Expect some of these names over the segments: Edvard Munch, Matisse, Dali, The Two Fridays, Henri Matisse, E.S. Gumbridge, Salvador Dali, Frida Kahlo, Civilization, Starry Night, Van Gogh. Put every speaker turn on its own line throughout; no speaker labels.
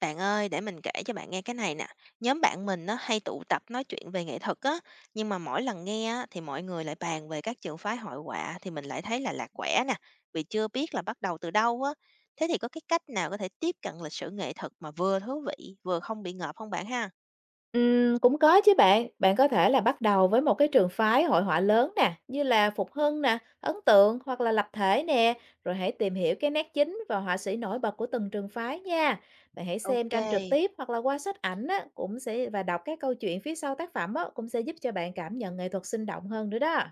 Bạn ơi, để mình kể cho bạn nghe cái này nè. Nhóm bạn mình nó hay tụ tập nói chuyện về nghệ thuật á, nhưng mà mỗi lần nghe á, thì mọi người lại bàn về các trường phái hội họa thì mình lại thấy là lạc quẻ nè, vì chưa biết là bắt đầu từ đâu á. Thế thì có cái cách nào có thể tiếp cận lịch sử nghệ thuật mà vừa thú vị, vừa không bị ngợp không bạn ha?
Cũng có chứ bạn. Bạn có thể là bắt đầu với một cái trường phái hội họa lớn nè, như là Phục Hưng nè, Ấn Tượng hoặc là Lập Thể nè, rồi hãy tìm hiểu cái nét chính và họa sĩ nổi bật của từng trường phái nha. Bạn hãy xem
Ok.
tranh trực tiếp hoặc là qua sách ảnh á, cũng sẽ và đọc các câu chuyện phía sau tác phẩm á, cũng sẽ giúp cho bạn cảm nhận nghệ thuật sinh động hơn nữa đó.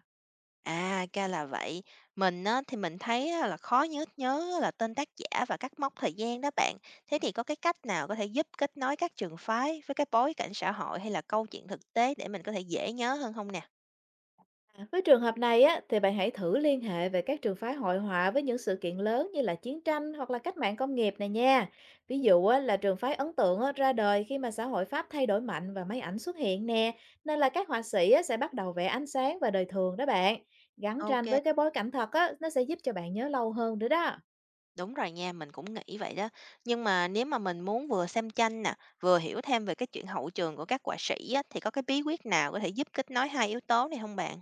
À, ra là vậy. Mình á, thì mình thấy á, là khó nhớ nhớ là tên tác giả và các mốc thời gian đó bạn. Thế thì có cái cách nào có thể giúp kết nối các trường phái với cái bối cảnh xã hội hay là câu chuyện thực tế để mình có thể dễ nhớ hơn không nè?
À, với trường hợp này á, thì bạn hãy thử liên hệ về các trường phái hội họa với những sự kiện lớn như là chiến tranh hoặc là cách mạng công nghiệp này nha. Ví dụ á, là trường phái ấn tượng á, ra đời khi mà xã hội Pháp thay đổi mạnh và máy ảnh xuất hiện nè, nên là các họa sĩ á, sẽ bắt đầu vẽ ánh sáng và đời thường đó bạn. Gắn tranh
Ok.
với cái bối cảnh thật á, nó sẽ giúp cho bạn nhớ lâu hơn nữa đó.
Đúng rồi nha, mình cũng nghĩ vậy đó. Nhưng mà nếu mà mình muốn vừa xem tranh nè, vừa hiểu thêm về cái chuyện hậu trường của các họa sĩ á, thì có cái bí quyết nào có thể giúp kết nối hai yếu tố này không bạn?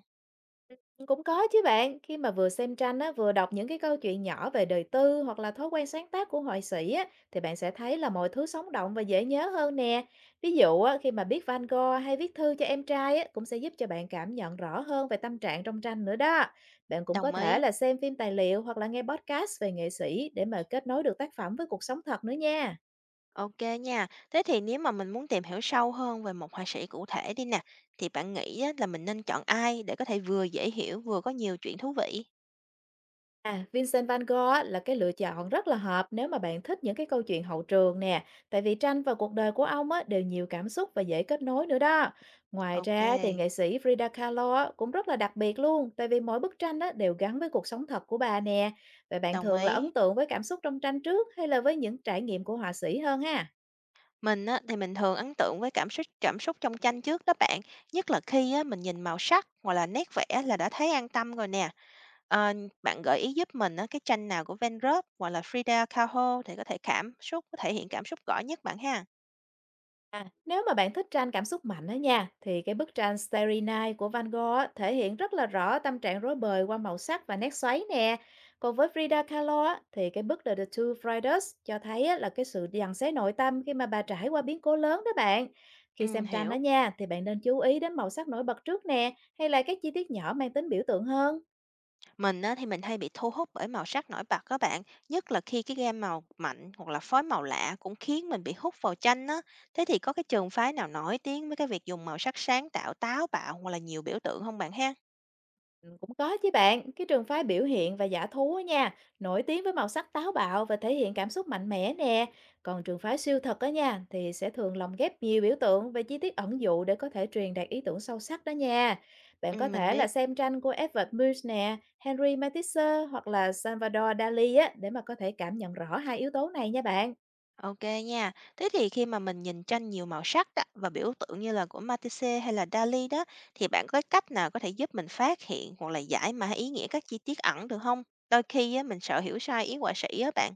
Cũng có chứ bạn, khi mà vừa xem tranh á, vừa đọc những cái câu chuyện nhỏ về đời tư hoặc là thói quen sáng tác của họa sĩ á, thì bạn sẽ thấy là mọi thứ sống động và dễ nhớ hơn nè. Ví dụ á, khi mà biết Van Gogh hay viết thư cho em trai á, cũng sẽ giúp cho bạn cảm nhận rõ hơn về tâm trạng trong tranh nữa đó. Bạn cũng có
Đồng
thể
ý.
là xem phim tài liệu hoặc là nghe podcast về nghệ sĩ để mà kết nối được tác phẩm với cuộc sống thật nữa nha.
OK nha. Thế thì nếu mà mình muốn tìm hiểu sâu hơn về một họa sĩ cụ thể đi nè, thì bạn nghĩ á là mình nên chọn ai để có thể vừa dễ hiểu, vừa có nhiều chuyện thú vị?
À, Vincent Van Gogh á, là cái lựa chọn rất là hợp nếu mà bạn thích những cái câu chuyện hậu trường nè, tại vì tranh và cuộc đời của ông á, đều nhiều cảm xúc và dễ kết nối nữa đó. Ngoài ra thì
OK.
nghệ sĩ Frida Kahlo á, cũng rất là đặc biệt luôn, tại vì mỗi bức tranh á, đều gắn với cuộc sống thật của bà nè. Vậy bạn
Đồng
thường là
ý.
ấn tượng với cảm xúc trong tranh trước hay là với những trải nghiệm của họa sĩ hơn ha?
Mình á thì mình thường ấn tượng với cảm xúc trong tranh trước đó bạn, nhất là khi á mình nhìn màu sắc hoặc là nét vẽ là đã thấy an tâm rồi nè. Ờ, bạn gợi ý giúp mình á cái tranh nào của Van Gogh hoặc là Frida Kahlo thì có thể cảm xúc, có thể hiện cảm xúc rõ nhất bạn ha?
À, nếu mà bạn thích tranh cảm xúc mạnh đó nha, thì cái bức tranh Starry Night của Van Gogh á, thể hiện rất là rõ tâm trạng rối bời qua màu sắc và nét xoáy nè. Còn với Frida Kahlo á, thì cái bức The Two Fridays cho thấy á, là cái sự dằn xé nội tâm khi mà bà trải qua biến cố lớn đó bạn. Khi xem tranh đó
Hiểu.
nha, thì bạn nên chú ý đến màu sắc nổi bật trước nè, hay là các chi tiết nhỏ mang tính biểu tượng hơn.
Mình á, thì mình hay bị thu hút bởi màu sắc nổi bật các bạn, nhất là khi cái gam màu mạnh hoặc là phối màu lạ cũng khiến mình bị hút vào tranh á. Thế thì có cái trường phái nào nổi tiếng với cái việc dùng màu sắc sáng tạo, táo bạo hoặc là nhiều biểu tượng không bạn ha?
Cũng có chứ bạn, cái trường phái biểu hiện và giả thú á nha, nổi tiếng với màu sắc táo bạo và thể hiện cảm xúc mạnh mẽ nè. Còn trường phái siêu thật á nha, thì sẽ thường lồng ghép nhiều biểu tượng và chi tiết ẩn dụ để có thể truyền đạt ý tưởng sâu sắc đó nha. Bạn
Ừ,
có
mình
thể là
biết.
xem tranh của Edvard Munch nè, Henri Matisse hoặc là Salvador Dali á, để mà có thể cảm nhận rõ hai yếu tố này nha bạn.
Ok nha. Thế thì khi mà mình nhìn tranh nhiều màu sắc á, và biểu tượng như là của Matisse hay là Dali đó, thì bạn có cái cách nào có thể giúp mình phát hiện hoặc là giải mã ý nghĩa các chi tiết ẩn được không? Đôi khi á, mình sợ hiểu sai ý họa sĩ á bạn.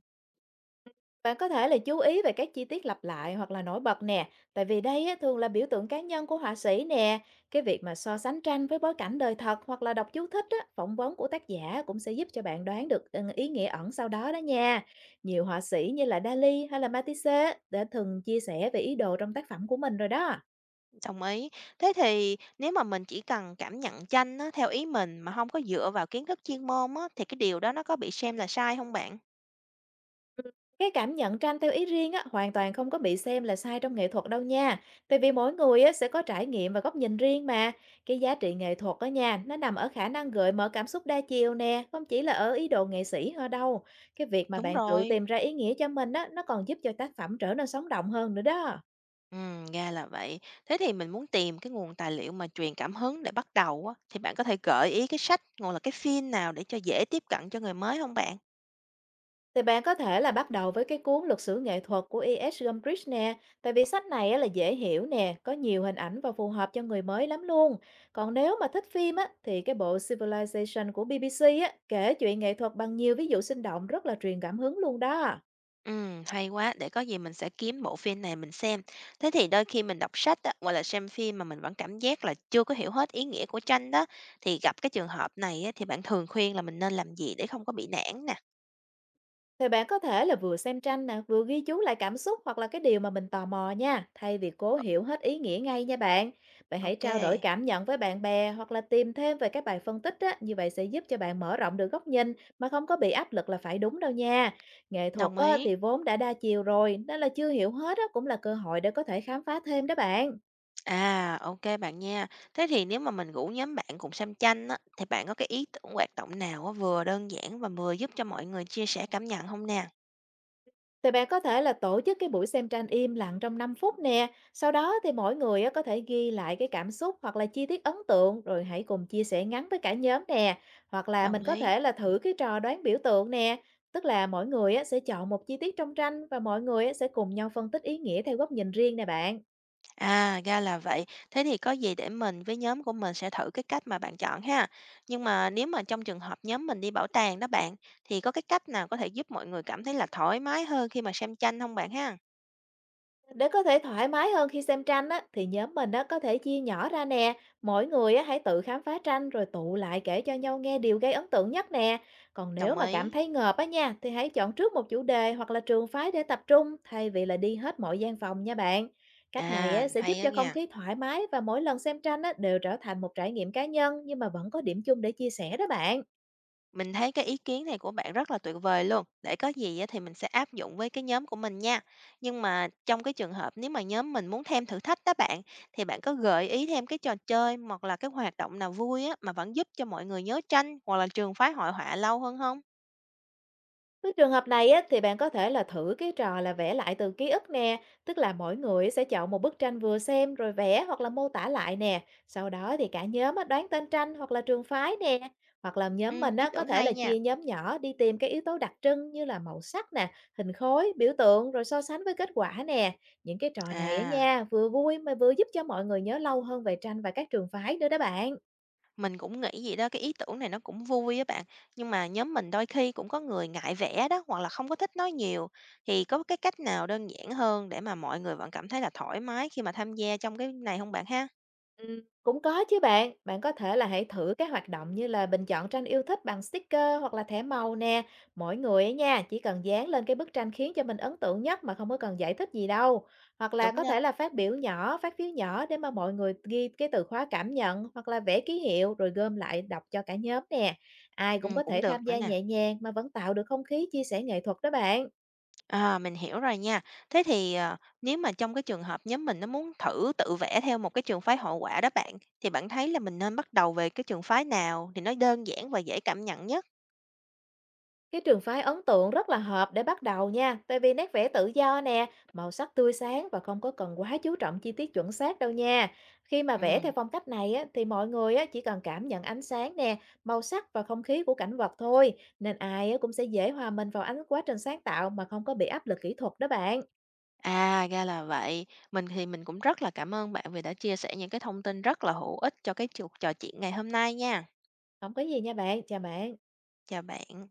Bạn có thể là chú ý về các chi tiết lặp lại hoặc là nổi bật nè, tại vì đây á, thường là biểu tượng cá nhân của họa sĩ nè. Cái việc mà so sánh tranh với bối cảnh đời thật hoặc là đọc chú thích á, phỏng vấn của tác giả cũng sẽ giúp cho bạn đoán được ý nghĩa ẩn sau đó đó nha. Nhiều họa sĩ như là Dali hay là Matisse đã thường chia sẻ về ý đồ trong tác phẩm của mình rồi đó.
Đồng ý. Thế thì nếu mà mình chỉ cần cảm nhận tranh á, theo ý mình mà không có dựa vào kiến thức chuyên môn á, thì cái điều đó nó có bị xem là sai không bạn?
Ừm, cái cảm nhận tranh theo ý riêng á, hoàn toàn không có bị xem là sai trong nghệ thuật đâu nha. Tại vì mỗi người á, sẽ có trải nghiệm và góc nhìn riêng mà. Cái giá trị nghệ thuật á nha, nó nằm ở khả năng gợi mở cảm xúc đa chiều nè, không chỉ là ở ý đồ nghệ sĩ thôi đâu. Cái việc mà
Đúng
bạn tự
rồi.
tìm ra ý nghĩa cho mình á, nó còn giúp cho tác phẩm trở nên sống động hơn nữa đó.
Ra là vậy. Thế thì mình muốn tìm cái nguồn tài liệu mà truyền cảm hứng để bắt đầu á, thì bạn có thể gợi ý cái sách hoặc là cái phim nào để cho dễ tiếp cận cho người mới không bạn?
Thì bạn có thể là bắt đầu với cái cuốn Luật sử nghệ thuật của E.S. Gumbridge nè, tại vì sách này á là dễ hiểu nè, có nhiều hình ảnh và phù hợp cho người mới lắm luôn. Còn nếu mà thích phim á, thì cái bộ Civilization của BBC á, kể chuyện nghệ thuật bằng nhiều ví dụ sinh động rất là truyền cảm hứng luôn đó.
Hay quá, để có gì mình sẽ kiếm bộ phim này mình xem. Thế thì đôi khi mình đọc sách á, hoặc là xem phim mà mình vẫn cảm giác là chưa có hiểu hết ý nghĩa của tranh đó, thì gặp cái trường hợp này á, thì bạn thường khuyên là mình nên làm gì để không có bị nản nè?
Thì bạn có thể là vừa xem tranh nè, vừa ghi chú lại cảm xúc hoặc là cái điều mà mình tò mò nha, thay vì cố hiểu hết ý nghĩa ngay nha bạn. Bạn hãy trao đổi
OK.
cảm nhận với bạn bè hoặc là tìm thêm về các bài phân tích á, như vậy sẽ giúp cho bạn mở rộng được góc nhìn mà không có bị áp lực là phải đúng đâu nha. Nghệ thuật
Đồng
á,
ý.
thì vốn đã đa chiều rồi, nên là chưa hiểu hết á, cũng là cơ hội để có thể khám phá thêm đó bạn.
À, OK bạn nha. Thế thì nếu mà mình rủ nhóm bạn cùng xem tranh á, thì bạn có cái ý tưởng hoạt động nào á, vừa đơn giản và vừa giúp cho mọi người chia sẻ cảm nhận không nè?
Thì bạn có thể là tổ chức cái buổi xem tranh im lặng trong 5 phút nè, sau đó thì mỗi người á, có thể ghi lại cái cảm xúc hoặc là chi tiết ấn tượng rồi hãy cùng chia sẻ ngắn với cả nhóm nè, hoặc là
Đồng
mình có
ý.
thể là thử cái trò đoán biểu tượng nè, tức là mỗi người á, sẽ chọn một chi tiết trong tranh và mọi người á, sẽ cùng nhau phân tích ý nghĩa theo góc nhìn riêng nè bạn.
À, ra là vậy. Thế thì có gì để mình với nhóm của mình sẽ thử cái cách mà bạn chọn ha. Nhưng mà nếu mà trong trường hợp nhóm mình đi bảo tàng đó bạn, thì có cái cách nào có thể giúp mọi người cảm thấy là thoải mái hơn khi mà xem tranh không bạn ha?
Để có thể thoải mái hơn khi xem tranh á, thì nhóm mình á, có thể chia nhỏ ra nè. Mỗi người á, hãy tự khám phá tranh rồi tụ lại kể cho nhau nghe điều gây ấn tượng nhất nè. Còn nếu
Đồng
mà cảm
ý.
thấy ngợp á nha, thì hãy chọn trước một chủ đề hoặc là trường phái để tập trung thay vì là đi hết mọi gian phòng nha bạn. Cách này
À,
á, sẽ giúp
hay đó
cho không
nha.
khí thoải mái và mỗi lần xem tranh á, đều trở thành một trải nghiệm cá nhân nhưng mà vẫn có điểm chung để chia sẻ đó bạn.
Mình thấy cái ý kiến này của bạn rất là tuyệt vời luôn. Để có gì á thì mình sẽ áp dụng với cái nhóm của mình nha. Nhưng mà trong cái trường hợp nếu mà nhóm mình muốn thêm thử thách đó bạn, thì bạn có gợi ý thêm cái trò chơi hoặc là cái hoạt động nào vui á mà vẫn giúp cho mọi người nhớ tranh hoặc là trường phái hội họa lâu hơn không?
Với trường hợp này á, thì bạn có thể là thử cái trò là vẽ lại từ ký ức nè, tức là mỗi người sẽ chọn một bức tranh vừa xem rồi vẽ hoặc là mô tả lại nè. Sau đó thì cả nhóm á, đoán tên tranh hoặc là trường phái nè, hoặc là
Ừ,
nhóm mình
ý
á, có
tưởng
thể là
hay nha.
chia nhóm nhỏ đi tìm cái yếu tố đặc trưng như là màu sắc nè, hình khối, biểu tượng rồi so sánh với kết quả nè. Những cái trò này á
À.
nha, vừa vui mà vừa giúp cho mọi người nhớ lâu hơn về tranh và các trường phái nữa đó bạn.
Mình cũng nghĩ vậy đó, cái ý tưởng này nó cũng vui á bạn, nhưng mà nhóm mình đôi khi cũng có người ngại vẽ đó, hoặc là không có thích nói nhiều, thì có cái cách nào đơn giản hơn để mà mọi người vẫn cảm thấy là thoải mái khi mà tham gia trong cái này không bạn ha?
Cũng có chứ bạn. Bạn có thể là hãy thử các hoạt động như là bình chọn tranh yêu thích bằng sticker hoặc là thẻ màu nè. Mỗi người ấy nha, chỉ cần dán lên cái bức tranh khiến cho mình ấn tượng nhất mà không có cần giải thích gì đâu. Hoặc là
Đúng
có
đó.
thể là phát phiếu nhỏ để mà mọi người ghi cái từ khóa cảm nhận hoặc là vẽ ký hiệu rồi gom lại đọc cho cả nhóm nè. Ai cũng có
Ừm, cũng
thể
được
tham
nữa
gia
nè.
nhẹ nhàng mà vẫn tạo được không khí chia sẻ nghệ thuật đó bạn.
À, mình hiểu rồi nha. Thế thì, nếu mà trong cái trường hợp nhóm mình nó muốn thử tự vẽ theo một cái trường phái hội họa đó bạn, thì bạn thấy là mình nên bắt đầu về cái trường phái nào thì nó đơn giản và dễ cảm nhận nhất?
Cái trường phái ấn tượng rất là hợp để bắt đầu nha, tại vì nét vẽ tự do nè, màu sắc tươi sáng và không có cần quá chú trọng chi tiết chuẩn xác đâu nha. Khi mà vẽ theo
Ừm.
phong cách này á, thì mọi người á, chỉ cần cảm nhận ánh sáng nè, màu sắc và không khí của cảnh vật thôi, nên ai á, cũng sẽ dễ hòa mình vào ánh quá trình sáng tạo mà không có bị áp lực kỹ thuật đó bạn.
À, ra là vậy. Mình thì mình cũng rất là cảm ơn bạn vì đã chia sẻ những cái thông tin rất là hữu ích cho cái cuộc trò chuyện ngày hôm nay nha.
Không có gì nha bạn, chào bạn.
Chào bạn.